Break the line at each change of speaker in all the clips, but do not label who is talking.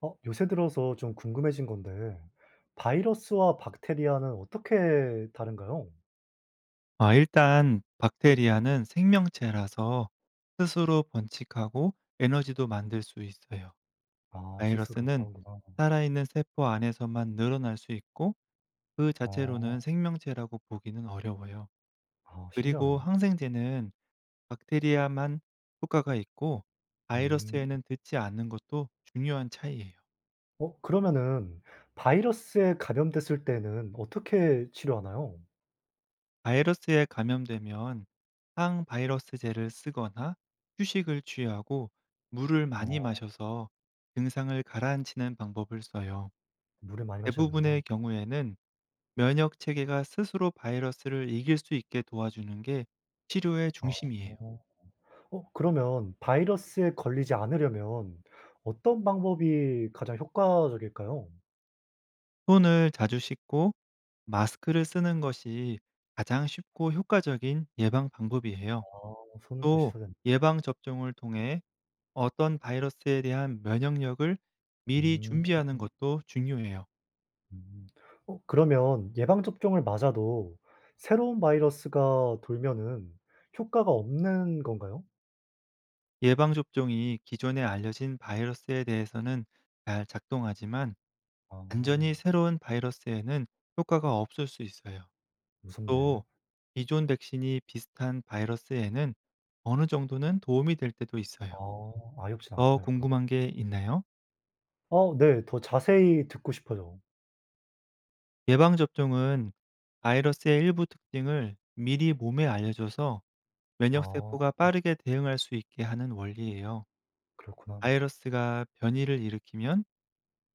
요새 들어서 좀 궁금해진 건데, 바이러스와 박테리아는 어떻게 다른가요?
아, 일단 박테리아는 생명체라서 스스로 번식하고 에너지도 만들 수 있어요.
아, 스스로
바이러스는
다른구나.
살아있는 세포 안에서만 늘어날 수 있고, 그
어,
자체로는 생명체라고 보기는 어려워요.
아,
그리고
신기하네.
항생제는 박테리아만 효과가 있고,
음,
바이러스에는 듣지 않는 것도 중요한 차이예요.
그러면은 바이러스에 감염됐을 때는 어떻게 치료하나요?
바이러스에 감염되면 항바이러스제를 쓰거나, 휴식을 취하고 물을 많이
어,
마셔서 증상을 가라앉히는 방법을 써요.
물을 많이 마셔야 된다.
대부분의 경우에는 면역 체계가 스스로 바이러스를 이길 수 있게 도와주는 게 치료의
아,
중심이에요.
어, 그러면 바이러스에 걸리지 않으려면 어떤 방법이 가장 효과적일까요?
손을 자주 씻고 마스크를 쓰는 것이 가장 쉽고 효과적인 예방 방법이에요.
아, 손을 또
또,
씻어야 된다.
예방 접종을 통해 어떤 바이러스에 대한 면역력을 미리
음.
준비하는 것도 중요해요.
음. 어 그러면 예방 접종을 맞아도 새로운 바이러스가 돌면은 효과가 없는 건가요?
예방접종이 기존에 알려진 바이러스에 대해서는 잘 작동하지만,
아
완전히 새로운 바이러스에는 효과가 없을 수 있어요.
무섭네.
또, 기존 백신이 비슷한 바이러스에는 어느 정도는 도움이 될 때도
아
있어요.
아예 없진
더
않구나 효과.
궁금한 게 있나요?
어 네. 더 자세히 듣고 싶어요.
예방접종은 바이러스의 일부 특징을 미리 몸에 알려줘서,
아
면역세포가 빠르게 대응할 수 있게 하는 원리예요.
그렇구나.
바이러스가 변이를 일으키면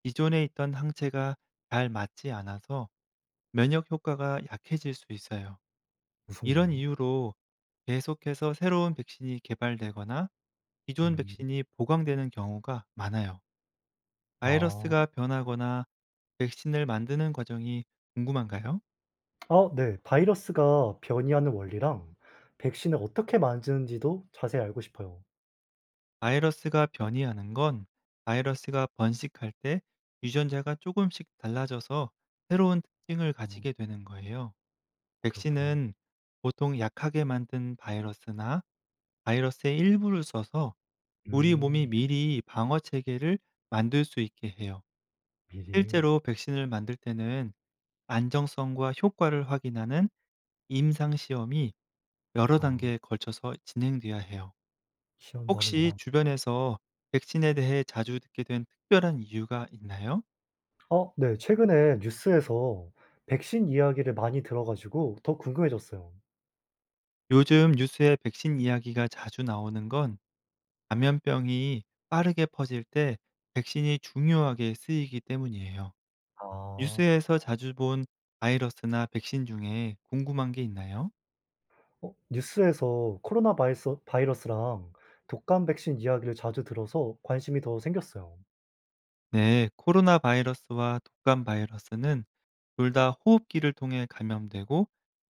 기존에 있던 항체가 잘 맞지 않아서 면역 효과가 약해질 수 있어요. 이런
무섭네.
이유로 계속해서 새로운 백신이 개발되거나, 기존
음.
백신이 보강되는 경우가 많아요.
아.
바이러스가 변하거나 백신을 만드는 과정이 궁금한가요?
아 네. 바이러스가 변이하는 원리랑 백신을 어떻게 만드는지도 자세히 알고 싶어요.
바이러스가 변이하는 건, 바이러스가 번식할 때 유전자가 조금씩 달라져서 새로운 특징을
아
가지게 되는 거예요.
그렇구나.
백신은 보통 약하게 만든 바이러스나 바이러스의 일부를 써서, 우리 몸이
음
미리 방어 체계를 만들 수 있게 해요.
미리.
실제로 백신을 만들 때는 안정성과 효과를 확인하는 임상 시험이 여러
아
단계에 걸쳐서 진행돼야 해요.
시험도
혹시
하는구나.
주변에서 백신에 대해 자주 듣게 된 특별한 이유가 있나요?
어 네. 최근에 뉴스에서 백신 이야기를 많이 들어 가지고 더 궁금해졌어요.
요즘 뉴스에 백신 이야기가 자주 나오는 건, 감염병이 빠르게 퍼질 때 백신이 중요하게 쓰이기 때문이에요.
아
뉴스에서
그렇구나.
자주 본 바이러스나 백신 중에 궁금한 게 있나요?
어 뉴스에서 코로나 바이 바이러스랑 독감 백신 이야기를 자주 들어서 관심이 더 생겼어요.
네, 코로나 바이러스와 독감 바이러스는 둘 다 호흡기를 통해 감염되고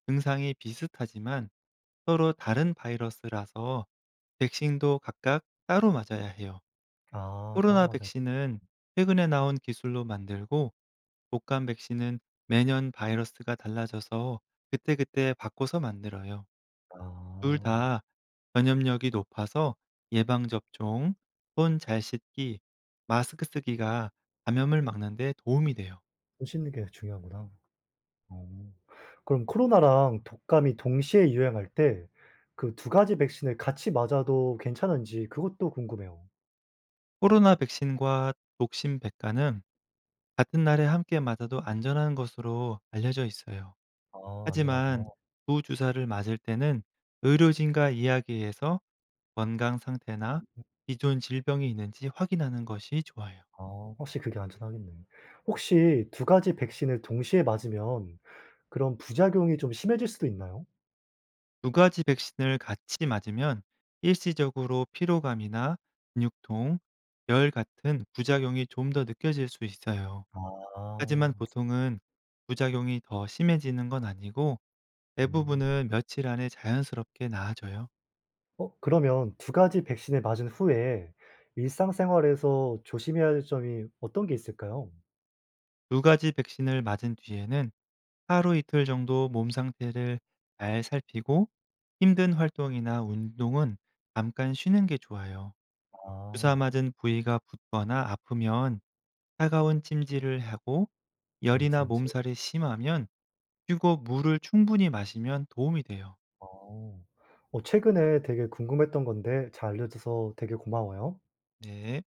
증상이 비슷하지만, 서로 다른 바이러스라서 백신도 각각 따로 맞아야 해요.
아 따로
코로나
맞았
백신은 최근에 나온 기술로 만들고, 독감 백신은 매년 바이러스가 달라져서 그때그때 바꿔서 만들어요. 둘
아.
다 전염력이 높아서 예방접종, 손 잘 씻기, 마스크 쓰기가 감염을 막는데 도움이 돼요.
손 씻는 게 중요하구나. 어. 그럼 코로나랑 독감이 동시에 유행할 때 그 두 가지 백신을 같이 맞아도 괜찮은지 그것도 궁금해요.
코로나 백신과 독심 백가는 같은 날에 함께 맞아도 안전한 것으로 알려져 있어요.
아
하지만
안전하구나.
두 주사를 맞을 때는 의료진과 이야기해서 건강 상태나 기존 질병이 있는지 확인하는 것이 좋아요.
아 확실히 그게 안전하겠네. 혹시 두 가지 백신을 동시에 맞으면 그런 부작용이 좀 심해질 수도 있나요?
두 가지 백신을 같이 맞으면 일시적으로 피로감이나 근육통,열 같은 부작용이 좀 더 느껴질 수 있어요.
아.
하지만 보통은 부작용이 더 심해지는 건 아니고,
음.
대부분은 며칠 안에 자연스럽게 나아져요.
어 그러면 두 가지 백신을 맞은 후에 일상생활에서 조심해야 할 점이 어떤 게 있을까요?
두 가지 백신을 맞은 뒤에는 하루 이틀 정도 몸 상태를 잘 살피고, 힘든 활동이나 운동은 잠깐 쉬는 게 좋아요. 주사
아
맞은 부위가 붓거나 아프면 차가운 찜질을 하고, 열이나
냉침체.
몸살이 심하면 휴고 물을 충분히 마시면 도움이 돼요.
어. 어 최근에 되게 궁금했던 건데 잘 알려 줘서 되게 고마워요.
네.